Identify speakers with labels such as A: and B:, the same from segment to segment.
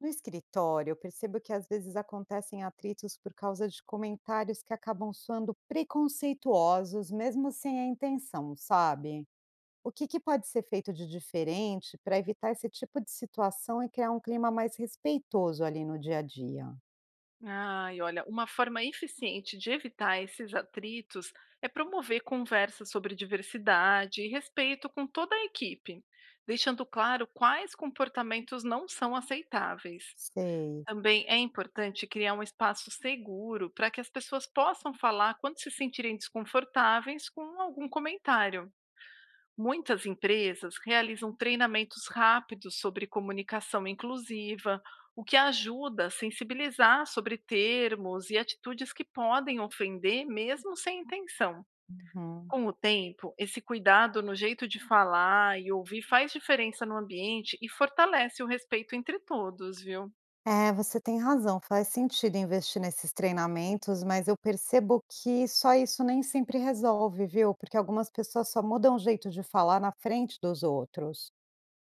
A: No escritório, eu percebo que às vezes acontecem atritos por causa de comentários que acabam soando preconceituosos, mesmo sem a intenção, sabe? O que, que pode ser feito de diferente para evitar esse tipo de situação e criar um clima mais respeitoso ali no dia a dia?
B: Ai, olha, uma forma eficiente de evitar esses atritos é promover conversas sobre diversidade e respeito com toda a equipe, deixando claro quais comportamentos não são aceitáveis.
A: Sei.
B: Também é importante criar um espaço seguro para que as pessoas possam falar quando se sentirem desconfortáveis com algum comentário. Muitas empresas realizam treinamentos rápidos sobre comunicação inclusiva, o que ajuda a sensibilizar sobre termos e atitudes que podem ofender, mesmo sem intenção.
A: Uhum.
B: Com o tempo, esse cuidado no jeito de falar e ouvir faz diferença no ambiente e fortalece o respeito entre todos, viu?
A: É, você tem razão, faz sentido investir nesses treinamentos, mas eu percebo que só isso nem sempre resolve, viu? Porque algumas pessoas só mudam o jeito de falar na frente dos outros.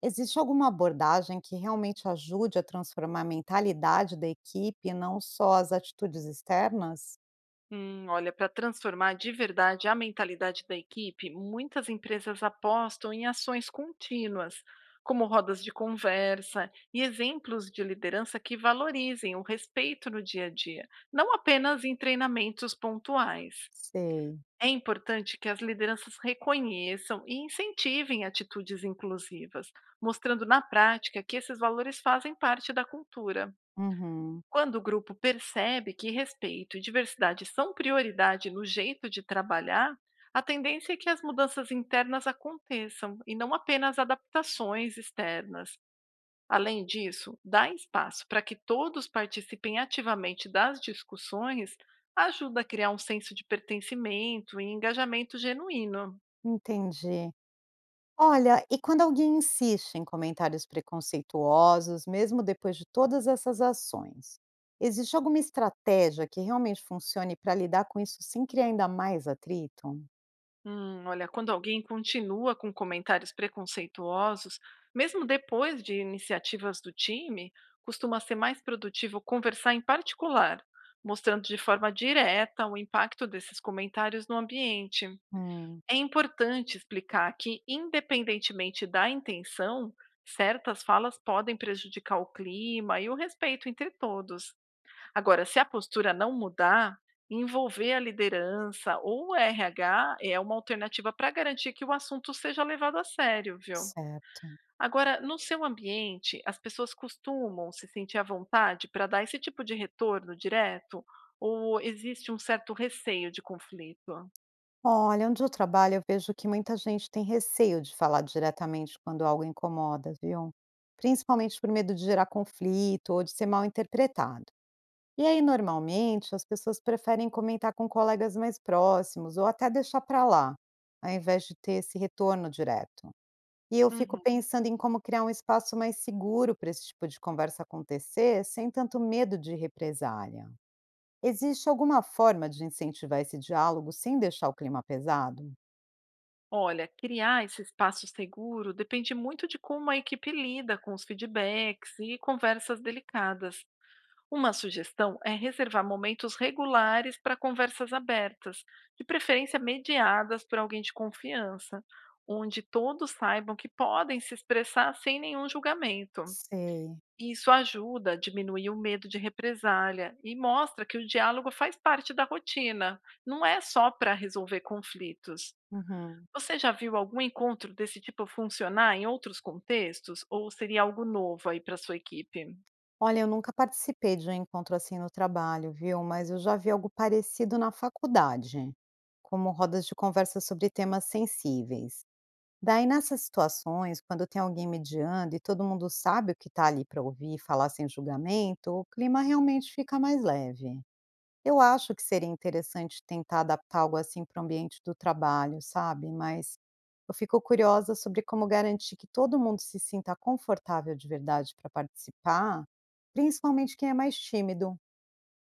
A: Existe alguma abordagem que realmente ajude a transformar a mentalidade da equipe, e não só as atitudes externas?
B: Para transformar de verdade a mentalidade da equipe, muitas empresas apostam em ações contínuas, como rodas de conversa e exemplos de liderança que valorizem o respeito no dia a dia, não apenas em treinamentos pontuais.
A: Sei.
B: É importante que as lideranças reconheçam e incentivem atitudes inclusivas, mostrando na prática que esses valores fazem parte da cultura.
A: Uhum,
B: Quando o grupo percebe que respeito e diversidade são prioridade no jeito de trabalhar, a tendência é que as mudanças internas aconteçam e não apenas adaptações externas. Além disso, dar espaço para que todos participem ativamente das discussões ajuda a criar um senso de pertencimento e engajamento genuíno.
A: entendi. Olha, e quando alguém insiste em comentários preconceituosos, mesmo depois de todas essas ações, existe alguma estratégia que realmente funcione para lidar com isso sem criar ainda mais atrito?
B: Quando alguém continua com comentários preconceituosos, mesmo depois de iniciativas do time, costuma ser mais produtivo conversar em particular, mostrando de forma direta o impacto desses comentários no ambiente.
A: Hum,
B: É importante explicar que, independentemente da intenção, certas falas podem prejudicar o clima e o respeito entre todos. Agora, se a postura não mudar, envolver a liderança ou o RH é uma alternativa para garantir que o assunto seja levado a sério, viu?
A: certo.
B: Agora, no seu ambiente, as pessoas costumam se sentir à vontade para dar esse tipo de retorno direto? Ou existe um certo receio de conflito?
A: Olha, onde eu trabalho, eu vejo que muita gente tem receio de falar diretamente quando algo incomoda, viu? Principalmente por medo de gerar conflito ou de ser mal interpretado. E aí, normalmente, as pessoas preferem comentar com colegas mais próximos ou até deixar para lá, ao invés de ter esse retorno direto. E eu fico
B: Uhum.
A: pensando em como criar um espaço mais seguro para esse tipo de conversa acontecer, sem tanto medo de represália. Existe alguma forma de incentivar esse diálogo sem deixar o clima pesado?
B: Olha, criar esse espaço seguro depende muito de como a equipe lida com os feedbacks e conversas delicadas. Uma sugestão é reservar momentos regulares para conversas abertas, de preferência mediadas por alguém de confiança, onde todos saibam que podem se expressar sem nenhum julgamento.
A: Sei.
B: Isso ajuda a diminuir o medo de represália e mostra que o diálogo faz parte da rotina, não é só para resolver conflitos.
A: Uhum.
B: Você já viu algum encontro desse tipo funcionar em outros contextos ou seria algo novo aí para sua equipe?
A: Olha, eu nunca participei de um encontro assim no trabalho, viu? Mas eu já vi algo parecido na faculdade, como rodas de conversa sobre temas sensíveis. Daí, nessas situações, quando tem alguém mediando e todo mundo sabe o que está ali para ouvir e falar sem julgamento, o clima realmente fica mais leve. Eu acho que seria interessante tentar adaptar algo assim para o ambiente do trabalho, sabe? Mas eu fico curiosa sobre como garantir que todo mundo se sinta confortável de verdade para participar, principalmente quem é mais tímido.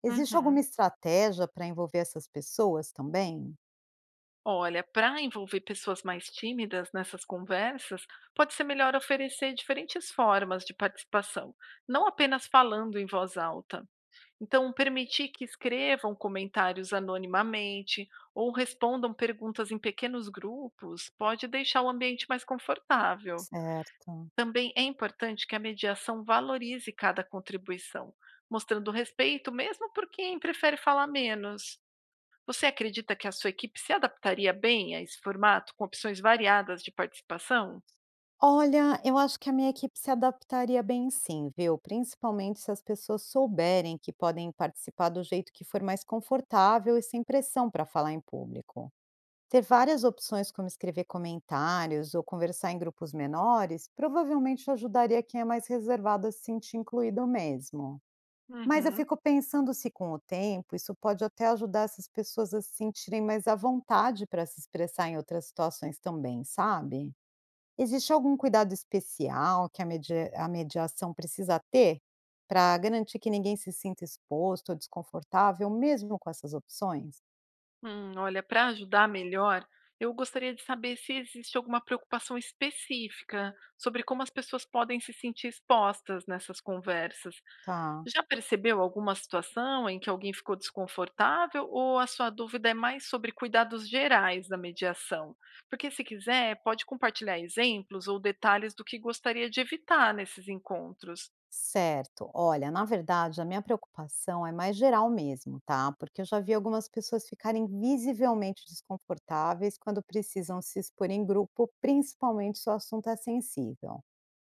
A: Existe alguma
B: Uhum.
A: estratégia para envolver essas pessoas também?
B: Olha, para envolver pessoas mais tímidas nessas conversas, pode ser melhor oferecer diferentes formas de participação, não apenas falando em voz alta. Então, permitir que escrevam comentários anonimamente ou respondam perguntas em pequenos grupos pode deixar o ambiente mais confortável.
A: Certo.
B: Também é importante que a mediação valorize cada contribuição, mostrando respeito mesmo por quem prefere falar menos. Você acredita que a sua equipe se adaptaria bem a esse formato, com opções variadas de participação?
A: Olha, eu acho que a minha equipe se adaptaria bem sim, viu? Principalmente se as pessoas souberem que podem participar do jeito que for mais confortável e sem pressão para falar em público. Ter várias opções como escrever comentários ou conversar em grupos menores provavelmente ajudaria quem é mais reservado a se sentir incluído mesmo. Mas eu
B: Uhum.
A: fico pensando se, com o tempo, isso pode até ajudar essas pessoas a se sentirem mais à vontade para se expressar em outras situações também, sabe? Existe algum cuidado especial que a mediação precisa ter para garantir que ninguém se sinta exposto ou desconfortável, mesmo com essas opções?
B: Para ajudar melhor, eu gostaria de saber se existe alguma preocupação específica sobre como as pessoas podem se sentir expostas nessas conversas.
A: Tá.
B: Já percebeu alguma situação em que alguém ficou desconfortável ou a sua dúvida é mais sobre cuidados gerais da mediação? Porque, se quiser, pode compartilhar exemplos ou detalhes do que gostaria de evitar nesses encontros.
A: Certo. Olha, na verdade, a minha preocupação é mais geral mesmo, tá? Porque eu já vi algumas pessoas ficarem visivelmente desconfortáveis quando precisam se expor em grupo, principalmente se o assunto é sensível.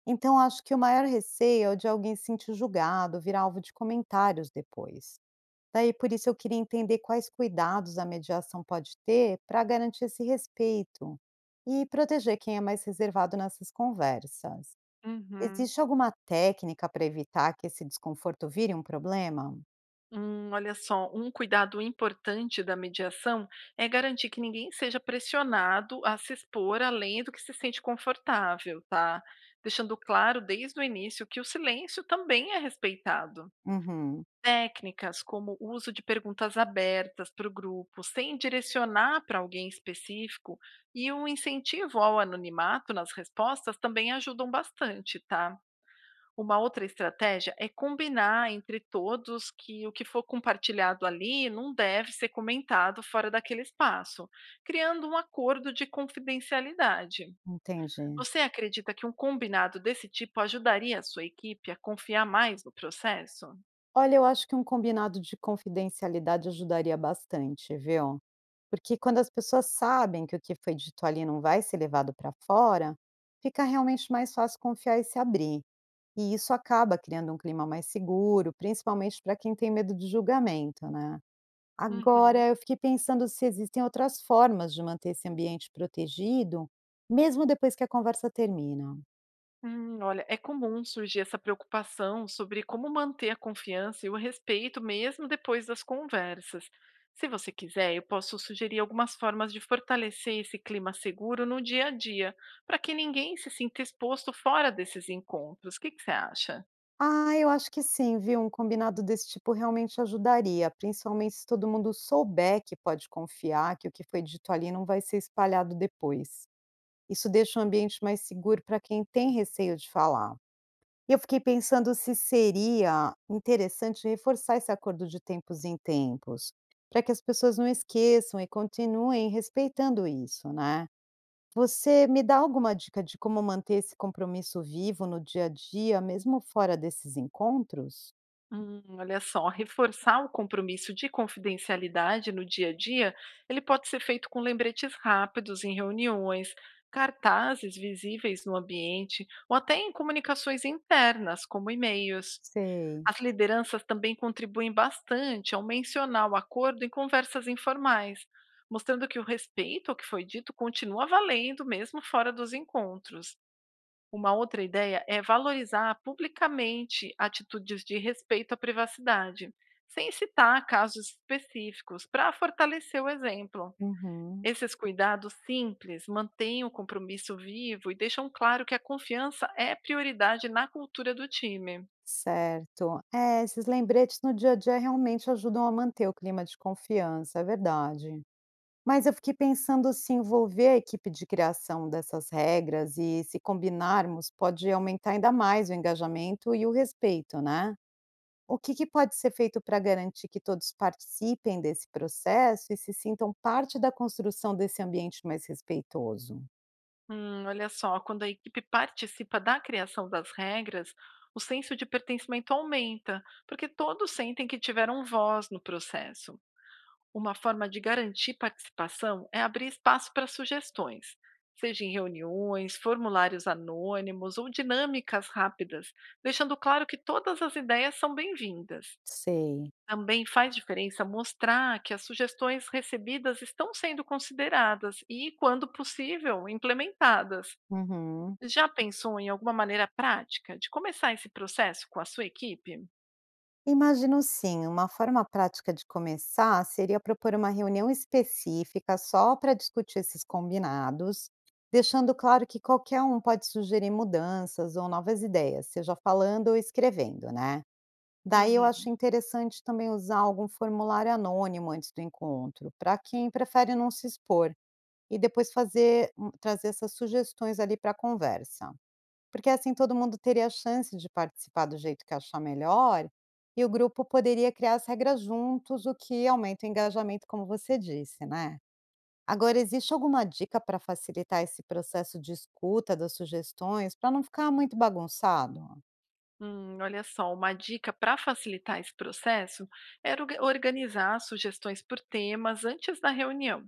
A: Então, acho que o maior receio é o de alguém se sentir julgado, virar alvo de comentários depois. Daí, por isso, eu queria entender quais cuidados a mediação pode ter para garantir esse respeito e proteger quem é mais reservado nessas conversas.
B: Uhum.
A: Existe alguma técnica para evitar que esse desconforto vire um problema?
B: Um cuidado importante da mediação é garantir que ninguém seja pressionado a se expor além do que se sente confortável, tá? Deixando claro desde o início que o silêncio também é respeitado.
A: Uhum,
B: Técnicas como o uso de perguntas abertas para o grupo, sem direcionar para alguém específico, e o incentivo ao anonimato nas respostas também ajudam bastante, tá? Uma outra estratégia é combinar entre todos que o que for compartilhado ali não deve ser comentado fora daquele espaço, criando um acordo de confidencialidade.
A: entendi.
B: Você acredita que um combinado desse tipo ajudaria a sua equipe a confiar mais no processo?
A: Olha, eu acho que um combinado de confidencialidade ajudaria bastante, viu? Porque quando as pessoas sabem que o que foi dito ali não vai ser levado para fora, fica realmente mais fácil confiar e se abrir. E isso acaba criando um clima mais seguro, principalmente para quem tem medo de julgamento, né? Agora,
B: Uhum.
A: eu fiquei pensando se existem outras formas de manter esse ambiente protegido, mesmo depois que a conversa termina.
B: É comum surgir essa preocupação sobre como manter a confiança e o respeito mesmo depois das conversas. Se você quiser, eu posso sugerir algumas formas de fortalecer esse clima seguro no dia a dia, para que ninguém se sinta exposto fora desses encontros. O que que você acha?
A: Ah, eu acho que sim, viu? Um combinado desse tipo realmente ajudaria, principalmente se todo mundo souber que pode confiar, que o que foi dito ali não vai ser espalhado depois. Isso deixa o ambiente mais seguro para quem tem receio de falar. E eu fiquei pensando se seria interessante reforçar esse acordo de tempos em tempos, para que as pessoas não esqueçam e continuem respeitando isso, né. Você me dá alguma dica de como manter esse compromisso vivo no dia a dia, mesmo fora desses encontros?
B: Reforçar o compromisso de confidencialidade no dia a dia, ele pode ser feito com lembretes rápidos em reuniões, cartazes visíveis no ambiente ou até em comunicações internas, como e-mails.
A: Sei.
B: As lideranças também contribuem bastante ao mencionar o acordo em conversas informais, mostrando que o respeito ao que foi dito continua valendo mesmo fora dos encontros. Uma outra ideia é valorizar publicamente atitudes de respeito à privacidade, sem citar casos específicos, para fortalecer o exemplo.
A: Uhum.
B: Esses cuidados simples mantêm o compromisso vivo e deixam claro que a confiança é prioridade na cultura do time.
A: Certo. É, esses lembretes no dia a dia realmente ajudam a manter o clima de confiança, é verdade. Mas eu fiquei pensando se envolver a equipe de criação dessas regras e se combinarmos pode aumentar ainda mais o engajamento e o respeito, né? O que, que pode ser feito para garantir que todos participem desse processo e se sintam parte da construção desse ambiente mais respeitoso?
B: Quando a equipe participa da criação das regras, o senso de pertencimento aumenta, porque todos sentem que tiveram voz no processo. Uma forma de garantir participação é abrir espaço para sugestões, seja em reuniões, formulários anônimos ou dinâmicas rápidas, deixando claro que todas as ideias são bem-vindas.
A: Sei.
B: Também faz diferença mostrar que as sugestões recebidas estão sendo consideradas e, quando possível, implementadas.
A: Uhum.
B: Já pensou em alguma maneira prática de começar esse processo com a sua equipe?
A: Imagino sim, uma forma prática de começar seria propor uma reunião específica só para discutir esses combinados, deixando claro que qualquer um pode sugerir mudanças ou novas ideias, seja falando ou escrevendo, né? Daí eu
B: Uhum.
A: acho interessante também usar algum formulário anônimo antes do encontro, para quem prefere não se expor, e depois trazer essas sugestões ali para a conversa. Porque assim todo mundo teria a chance de participar do jeito que achar melhor, e o grupo poderia criar as regras juntos, o que aumenta o engajamento, como você disse, né. Agora existe alguma dica para facilitar esse processo de escuta das sugestões, para não ficar muito bagunçado?
B: Uma dica para facilitar esse processo era organizar sugestões por temas antes da reunião,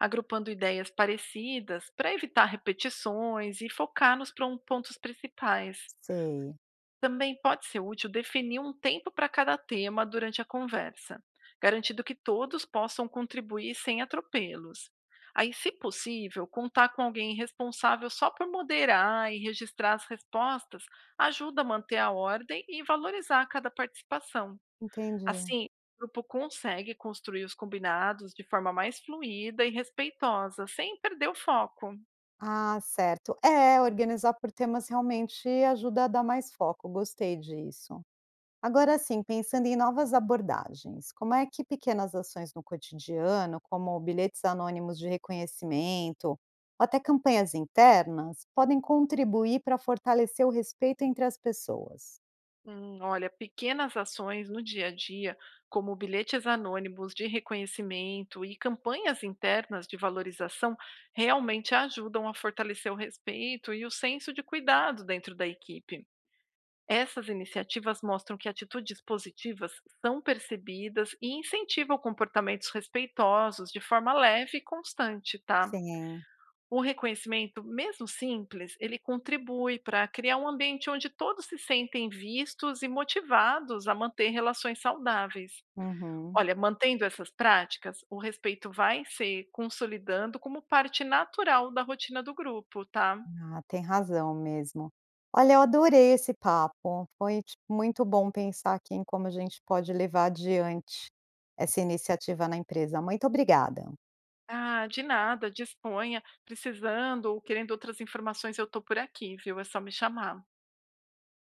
B: agrupando ideias parecidas para evitar repetições e focar nos pontos principais.
A: Sei.
B: Também pode ser útil definir um tempo para cada tema durante a conversa, garantindo que todos possam contribuir sem atropelos. Aí, se possível, contar com alguém responsável só por moderar e registrar as respostas ajuda a manter a ordem e valorizar cada participação.
A: Entendi.
B: Assim, o grupo consegue construir os combinados de forma mais fluida e respeitosa, sem perder o foco.
A: Ah, certo. É, organizar por temas realmente ajuda a dar mais foco, gostei disso. Agora sim, pensando em novas abordagens, como é que pequenas ações no cotidiano, como bilhetes anônimos de reconhecimento, ou até campanhas internas, podem contribuir para fortalecer o respeito entre as pessoas?
B: Pequenas ações no dia a dia, como bilhetes anônimos de reconhecimento e campanhas internas de valorização, realmente ajudam a fortalecer o respeito e o senso de cuidado dentro da equipe. Essas iniciativas mostram que atitudes positivas são percebidas e incentivam comportamentos respeitosos de forma leve e constante, tá?
A: Sim.
B: O reconhecimento, mesmo simples, ele contribui para criar um ambiente onde todos se sentem vistos e motivados a manter relações saudáveis.
A: Uhum.
B: Olha, mantendo essas práticas, o respeito vai se consolidando como parte natural da rotina do grupo, tá?
A: Ah, tem razão mesmo. Olha, eu adorei esse papo. Foi tipo, muito bom pensar aqui em como a gente pode levar adiante essa iniciativa na empresa. Muito obrigada.
B: Ah, de nada, disponha. Precisando ou querendo outras informações, eu tô por aqui, viu? É só me chamar.